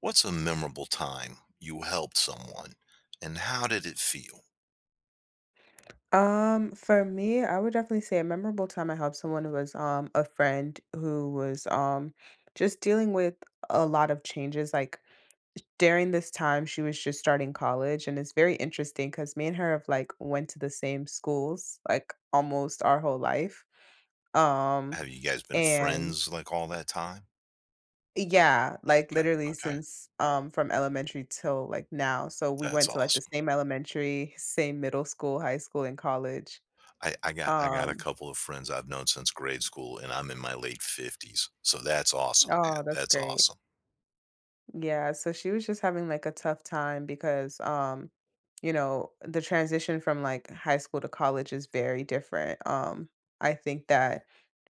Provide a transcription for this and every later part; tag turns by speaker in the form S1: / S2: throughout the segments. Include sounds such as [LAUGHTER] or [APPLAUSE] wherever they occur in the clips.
S1: What's a memorable time you helped someone, and how did it feel?
S2: For me, I would definitely say a memorable time I helped someone who was a friend who was just dealing with a lot of changes. Like during this time, she was just starting college, and it's very interesting because me and her have like went to the same schools like almost our whole life. Um,
S1: Have you guys been
S2: and
S1: friends, like, all that time?
S2: yeah, like
S1: Okay,
S2: literally
S1: okay,
S2: since from elementary till like now. So we
S1: that's
S2: went to like the
S1: awesome.
S2: same elementary, same middle school, high school, and college.
S1: I got I got a
S2: Um,
S1: couple of friends I've known since grade school, and I'm in my late 50s, so that's awesome,
S2: oh,
S1: man,
S2: that's
S1: that's
S2: great.
S1: awesome.
S2: Yeah, so she was just having like a tough time because the transition from like high school to college is very different. I think that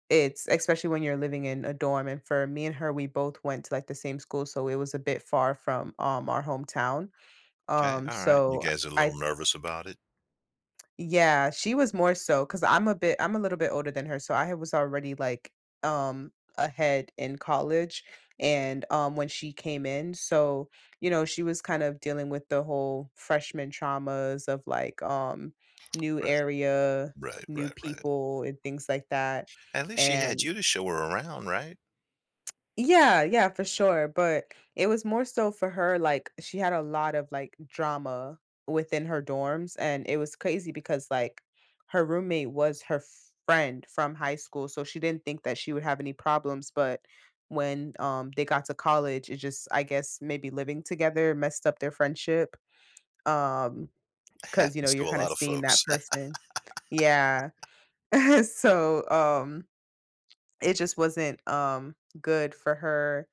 S2: it's especially when you're living in a dorm and for me and her we both went to like the same school so it was a bit far from our hometown.
S1: Okay, alright, you
S2: So
S1: guys are a
S2: I
S1: little nervous about it?
S2: Yeah, she was more so because 'cause I'm a little bit older than her, so I was already, like, ahead in college and, when she came in, so, she was kind of dealing with the whole freshman traumas of, like, new
S1: Right,
S2: area,
S1: right,
S2: new
S1: right, right.
S2: people, and things like that,
S1: At least she had
S2: and
S1: you to show her around, right?
S2: yeah, yeah, for sure, but it was more so for her, like, she had a lot of, like, drama within her dorms, and it was crazy because, like, her roommate was her friend from high school, so she didn't think that she would have any problems, but when, they got to college, it just I guess maybe living together messed up their friendship. Um,
S1: [LAUGHS]
S2: because
S1: Happens
S2: you're
S1: to a
S2: kinda
S1: lot of
S2: seeing that
S1: folks.
S2: person. Yeah. [LAUGHS] So, it just wasn't, good for her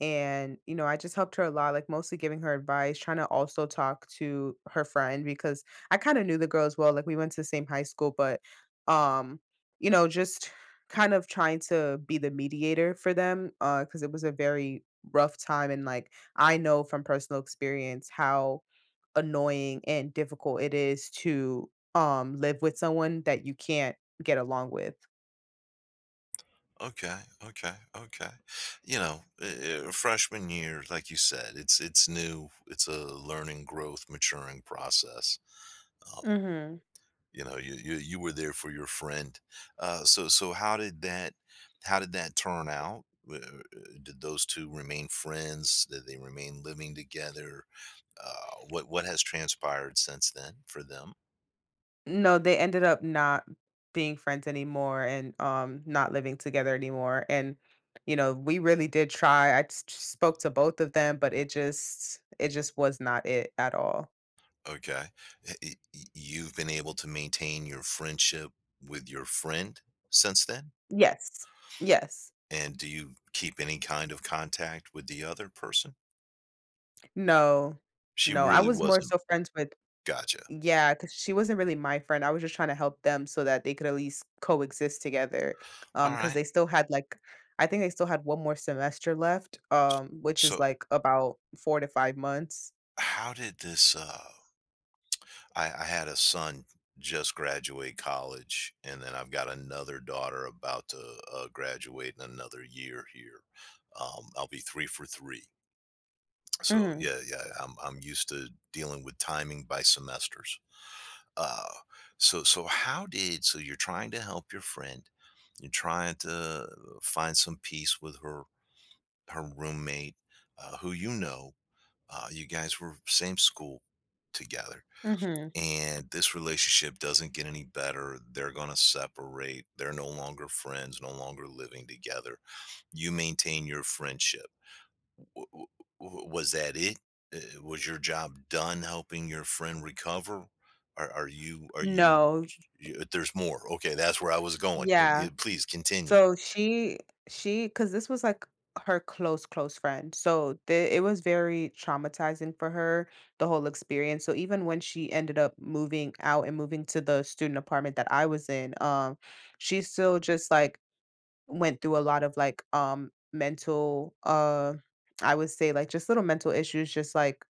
S2: and, I just helped her a lot, like mostly giving her advice, trying to also talk to her friend because I kind of knew the girl as well. Like we went to the same high school, but um, just kind of trying to be the mediator for them, because it was a very rough time and like I know from personal experience how annoying and difficult it is to live with someone that you can't get along with.
S1: Okay, okay, okay. You know, freshman year, like you said, it's new. It's a learning, growth, maturing process. Um, you know, you were there for your friend. So so how did that turn out? Uh, Did those two remain friends? Did they remain living together? What has transpired since then for them?
S2: No, they ended up not being friends anymore and, not living together anymore, and, we really did try. I s s spoke to both of them, but it just was not it at all.
S1: Okay, eh, Y- y- you've been able to maintain your friendship with your friend since then.
S2: Yes. Yes.
S1: And do you keep any kind of contact with the other person?
S2: No.
S1: She
S2: No, I
S1: really
S2: was more
S1: wasn't
S2: so friends with,
S1: gotcha.
S2: yeah, because she wasn't really my friend. I was just trying to help them so that they could at least coexist together. Because
S1: Alright.
S2: they still had, like I think they still had one more semester left, which is,
S1: So,
S2: like, about 4 to 5 months.
S1: how did this, I had a son just graduate college, and then I've got another daughter about to, graduate in another year here. I'll be 3 for 3. So,
S2: Mhm.
S1: yeah, yeah, I'm used to dealing with timing by semesters. Uh, so so how did so you're trying to help your friend, you're trying to find some peace with her her roommate, who you know, you guys were same school together,
S2: Mhm.
S1: and this relationship doesn't get any better. They're gonna separate. They're no longer friends, no longer living together. You maintain your friendship W w w was that it? Was your job done helping your friend recover? Are you
S2: No.
S1: y there's more. Okay, that's where I was going.
S2: Yeah.
S1: Y please continue.
S2: So she, because this was, like, her close, close friend. So the it was very traumatizing for her, the whole experience. So even when she ended up moving out and moving to the student apartment that I was in, she still just, like went through a lot of like mental I would say like just little mental issues, just like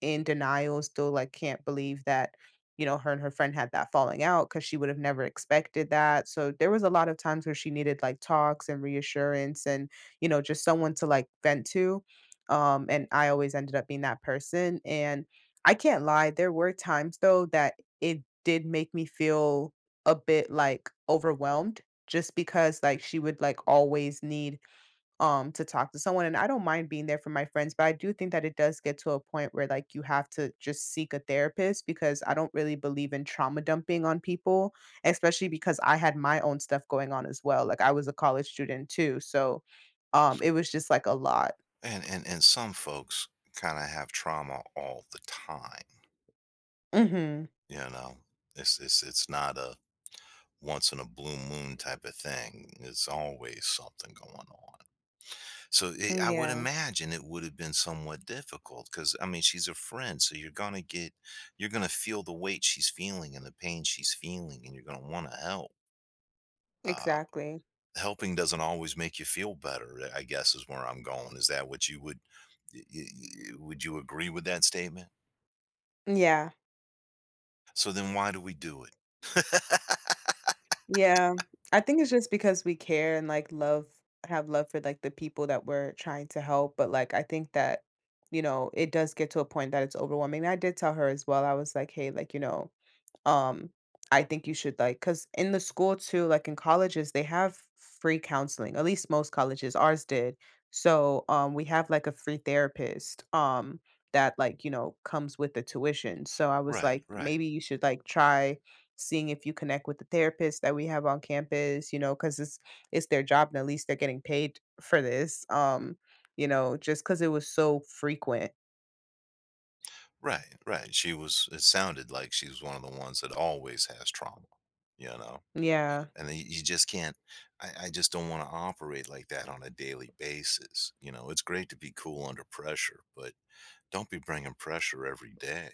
S2: in denial, still like can't believe that, her and her friend had that falling out because she would have never expected that. So there was a lot of times where she needed like talks and reassurance and, just someone to like vent to. And I always ended up being that person. And I can't lie, there were times though that it did make me feel a bit like overwhelmed just because like she would like always need to talk to someone and I don't mind being there for my friends but I do think that it does get to a point where like you have to just seek a therapist because I don't really believe in trauma dumping on people especially because I had my own stuff going on as well like I was a college student too so it was just like a lot.
S1: And some folks kinda have trauma all the time,
S2: Mhm.
S1: you know? It's not a once in a blue moon type of thing. It's always something going on. So it, I would
S2: Yeah.
S1: imagine it would have been somewhat difficult because I mean she's a friend, so you're gonna get, you're gonna feel the weight she's feeling and the pain she's feeling, and you're gonna want to help. Uh,
S2: Exactly.
S1: Helping doesn't always make you feel better. Eh, I guess is where I'm going. Is that what you would? Y- y- y- Would you agree with that statement?
S2: Yeah.
S1: So then why do we do it? [LAUGHS]
S2: Yeah, I think it's just because we care and, like, love have love for, like, the people that we're trying to help, but, like, I think that, it does get to a point that it's overwhelming. I did tell her as well, I was like, "Hey," like, um, I think you should like because in the school too, like in colleges, they have free counseling. At least most colleges, ours did. So we have like a free therapist that like comes with the tuition. So I was
S1: Right,
S2: like,
S1: right,
S2: maybe you should like try seeing if you connect with the therapist that we have on campus. You know, because it's their job and at least they're getting paid for this. Just because it was so frequent.
S1: right, right. She was. It sounded like she was one of the ones that always has trauma. You know.
S2: Yeah,
S1: And then you just can't I just don't want to operate like that on a daily basis, you know, it's great to be cool under pressure but don't be bringing pressure every day,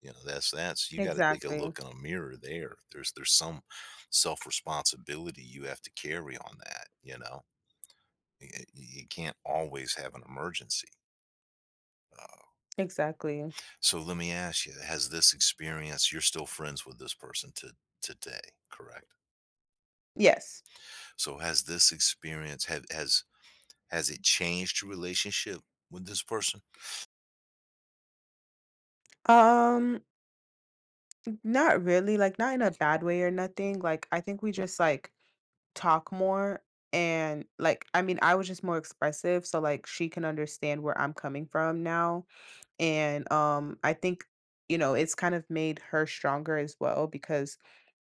S1: you know that's you got to take a
S2: exactly,
S1: look in a mirror there's some self responsibility you have to carry on that, you know. Y- y- you, can't always have an emergency, uh,
S2: exactly.
S1: so let me ask you, has this experience, you're still friends with this person to today, correct?
S2: Yes.
S1: So has this experience have has it changed your relationship with this person?
S2: Um, Not really, like, not in a bad way or nothing, like, I think we just, like, talk more and, like I mean, I was just more expressive, so, like, she can understand where I'm coming from now, and, I think, it's kind of made her stronger as well because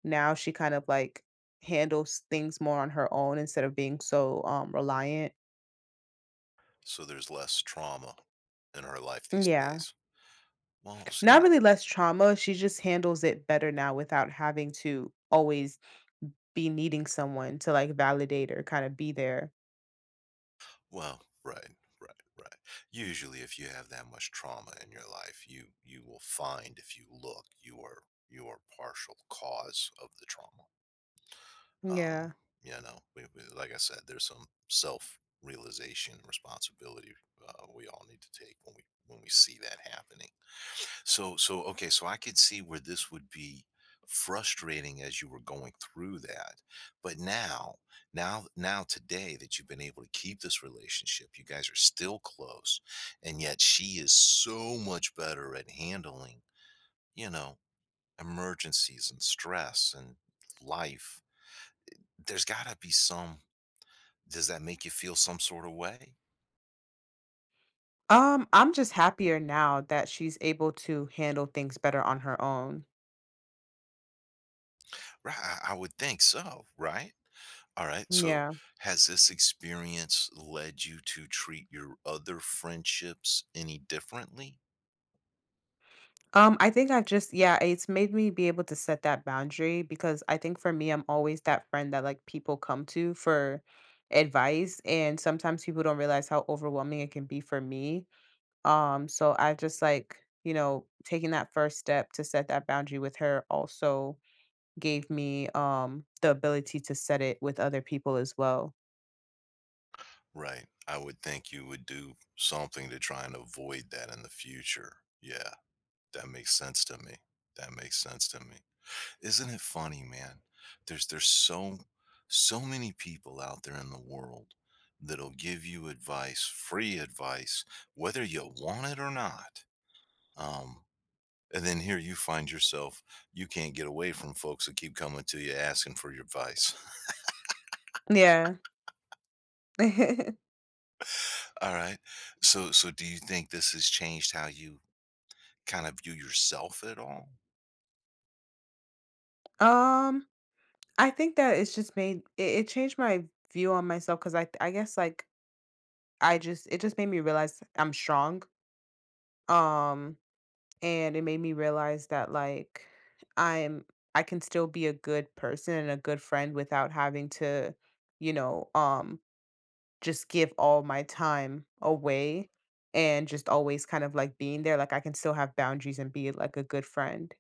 S2: now she kind of, like, handles things more on her own instead of being so, reliant.
S1: So there's less trauma in her life these
S2: Yeah.
S1: days. Well, see,
S2: Not
S1: I-
S2: really less trauma, she just handles it better now without having to always be needing someone to, like, validate or kinda be there.
S1: well, right, right, right. Usually, if you have that much trauma in your life, you will find if you look, you are partial cause of the trauma. Um,
S2: Yeah.
S1: you know, we, like I said, there's some self realization responsibility, we all need to take when we see that happening. So so okay, so I could see where this would be frustrating as you were going through that. But now, now now today that you've been able to keep this relationship, you guys are still close, and yet she is so much better at handling, you know, emergencies and stress and life. There's got to be some, does that make you feel some sort of way?
S2: I'm just happier now that she's able to handle things better on her own.
S1: Right, I would think so, right? All right, so
S2: Yeah.
S1: has this experience led you to treat your other friendships any differently?
S2: I think I've just, yeah, it's made me be able to set that boundary because I think for me, I'm always that friend that, like, people come to for advice, and sometimes people don't realize how overwhelming it can be for me. So I've just, like, taking that first step to set that boundary with her also gave me, the ability to set it with other people as well.
S1: Right, I would think you would do something to try and avoid that in the future. Yeah, that makes sense to me. That makes sense to me. Isn't it funny, man? There's so so many people out there in the world that'll give you advice, free advice, whether you want it or not. Um, And then here you find yourself, you can't get away from folks that keep coming to you asking for your advice.
S2: Yeah. [LAUGHS]
S1: [LAUGHS] All right. So, so do you think this has changed how you kind of view yourself at all?
S2: Um, I think that it's just made it, it changed my view on myself because I guess like I just it just made me realize I'm strong. Um, and it made me realize that like I'm I can still be a good person and a good friend without having to, you know, um just give all my time away and just always kind of like being there. Like I can still have boundaries and be like a good friend.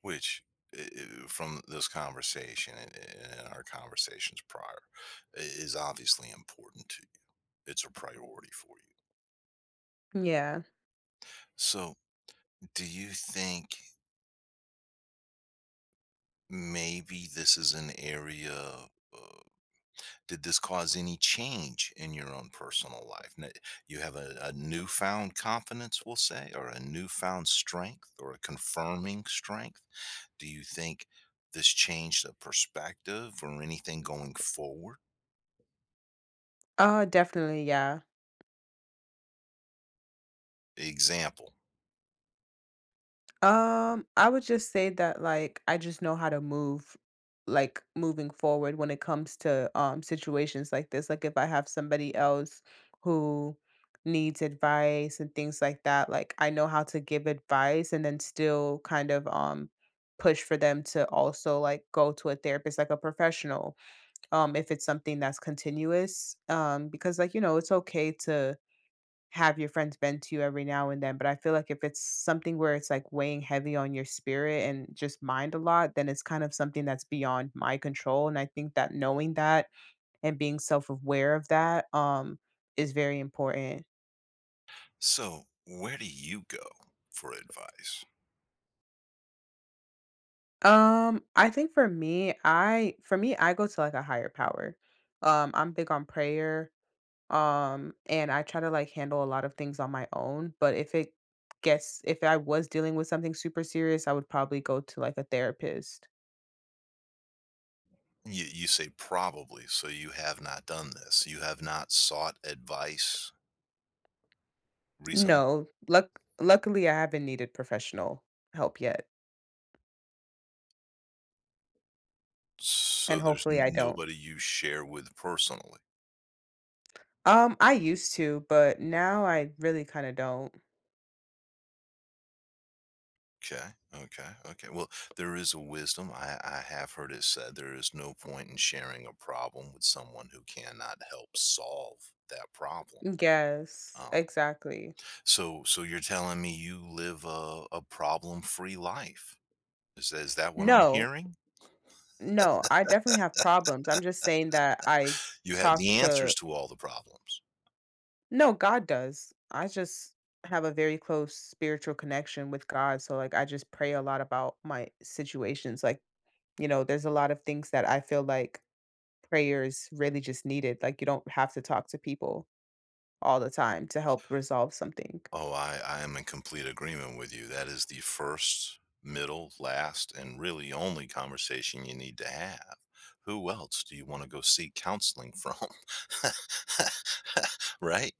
S1: Which, eh, eh, from this conversation and our conversations prior, I- is obviously important to you. It's a priority for you.
S2: Yeah.
S1: So, do you think maybe this is an area? Uh, Did this cause any change in your own personal life? N- You have a newfound confidence, we'll say, or a newfound strength, or a confirming strength. Do you think this changed a perspective or anything going forward?
S2: Oh, definitely. Yeah.
S1: Example.
S2: I would just say that like I just know how to move like moving forward when it comes to situations like this. Like if I have somebody else who needs advice and things like that, like I know how to give advice and then still kind of push for them to also like go to a therapist like a professional if it's something that's continuous because like it's okay to have your friends bend to you every now and then. But I feel like if it's something where it's like weighing heavy on your spirit and just mind a lot, then it's kind of something that's beyond my control. And I think that knowing that and being self aware of that is very important.
S1: So, where do you go for advice?
S2: I think for me, I go to like a higher power. I'm big on prayer. And I try to like handle a lot of things on my own. But if it gets if I was dealing with something super serious, I would probably go to like a therapist.
S1: You say probably, so you have not done this. You have not sought advice recently.
S2: No, luckily, I haven't needed professional help yet, and
S1: So, there's
S2: hopefully
S1: n-
S2: I don't.
S1: nobody you share with personally.
S2: I used to, but now I really kinda don't.
S1: Okay, okay, okay. Well, there is a wisdom. I have heard it said there is no point in sharing a problem with someone who cannot help solve that problem.
S2: Yes,
S1: Um,
S2: exactly.
S1: so, so you're telling me you live a problem-free life? Is that what I'm
S2: No,
S1: hearing?
S2: no, I definitely have problems, I'm just saying that I
S1: You have
S2: talk
S1: the
S2: to.
S1: answers to all the problems.
S2: No, God does. I just have a very close spiritual connection with God, so, like, I just pray a lot about my situations, like. You know, there's a lot of things that I feel like prayer is really just needed. Like, you don't have to talk to people all the time to help resolve something.
S1: Oh, I am in complete agreement with you. That is the first, middle, last, and really only conversation you need to have. Who else do you want to go seek counseling from? [LAUGHS] Right?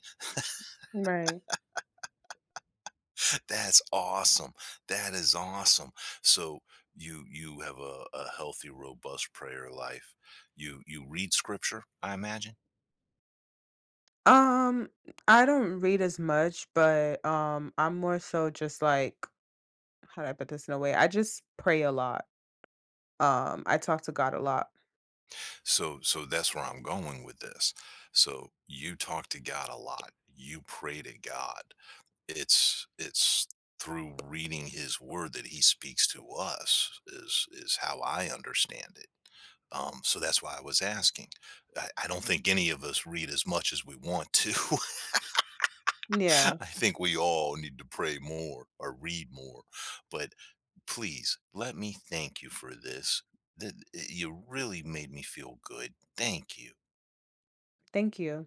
S2: Right.
S1: That's awesome. That is awesome. So you have a healthy, robust prayer life. You read scripture, I imagine.
S2: Um, I don't read as much, but I'm more so just like, how do I put this in a way? I just pray a lot. I talk to God a lot.
S1: So so that's where I'm going with this. So you talk to God a lot. You pray to God. It's through reading his word that he speaks to us is how I understand it. So that's why I was asking. I don't think any of us read as much as we want to.
S2: Yeah,
S1: [LAUGHS] I think we all need to pray more or read more. But please let me thank you for this. That you really made me feel good. Thank you.
S2: thank you.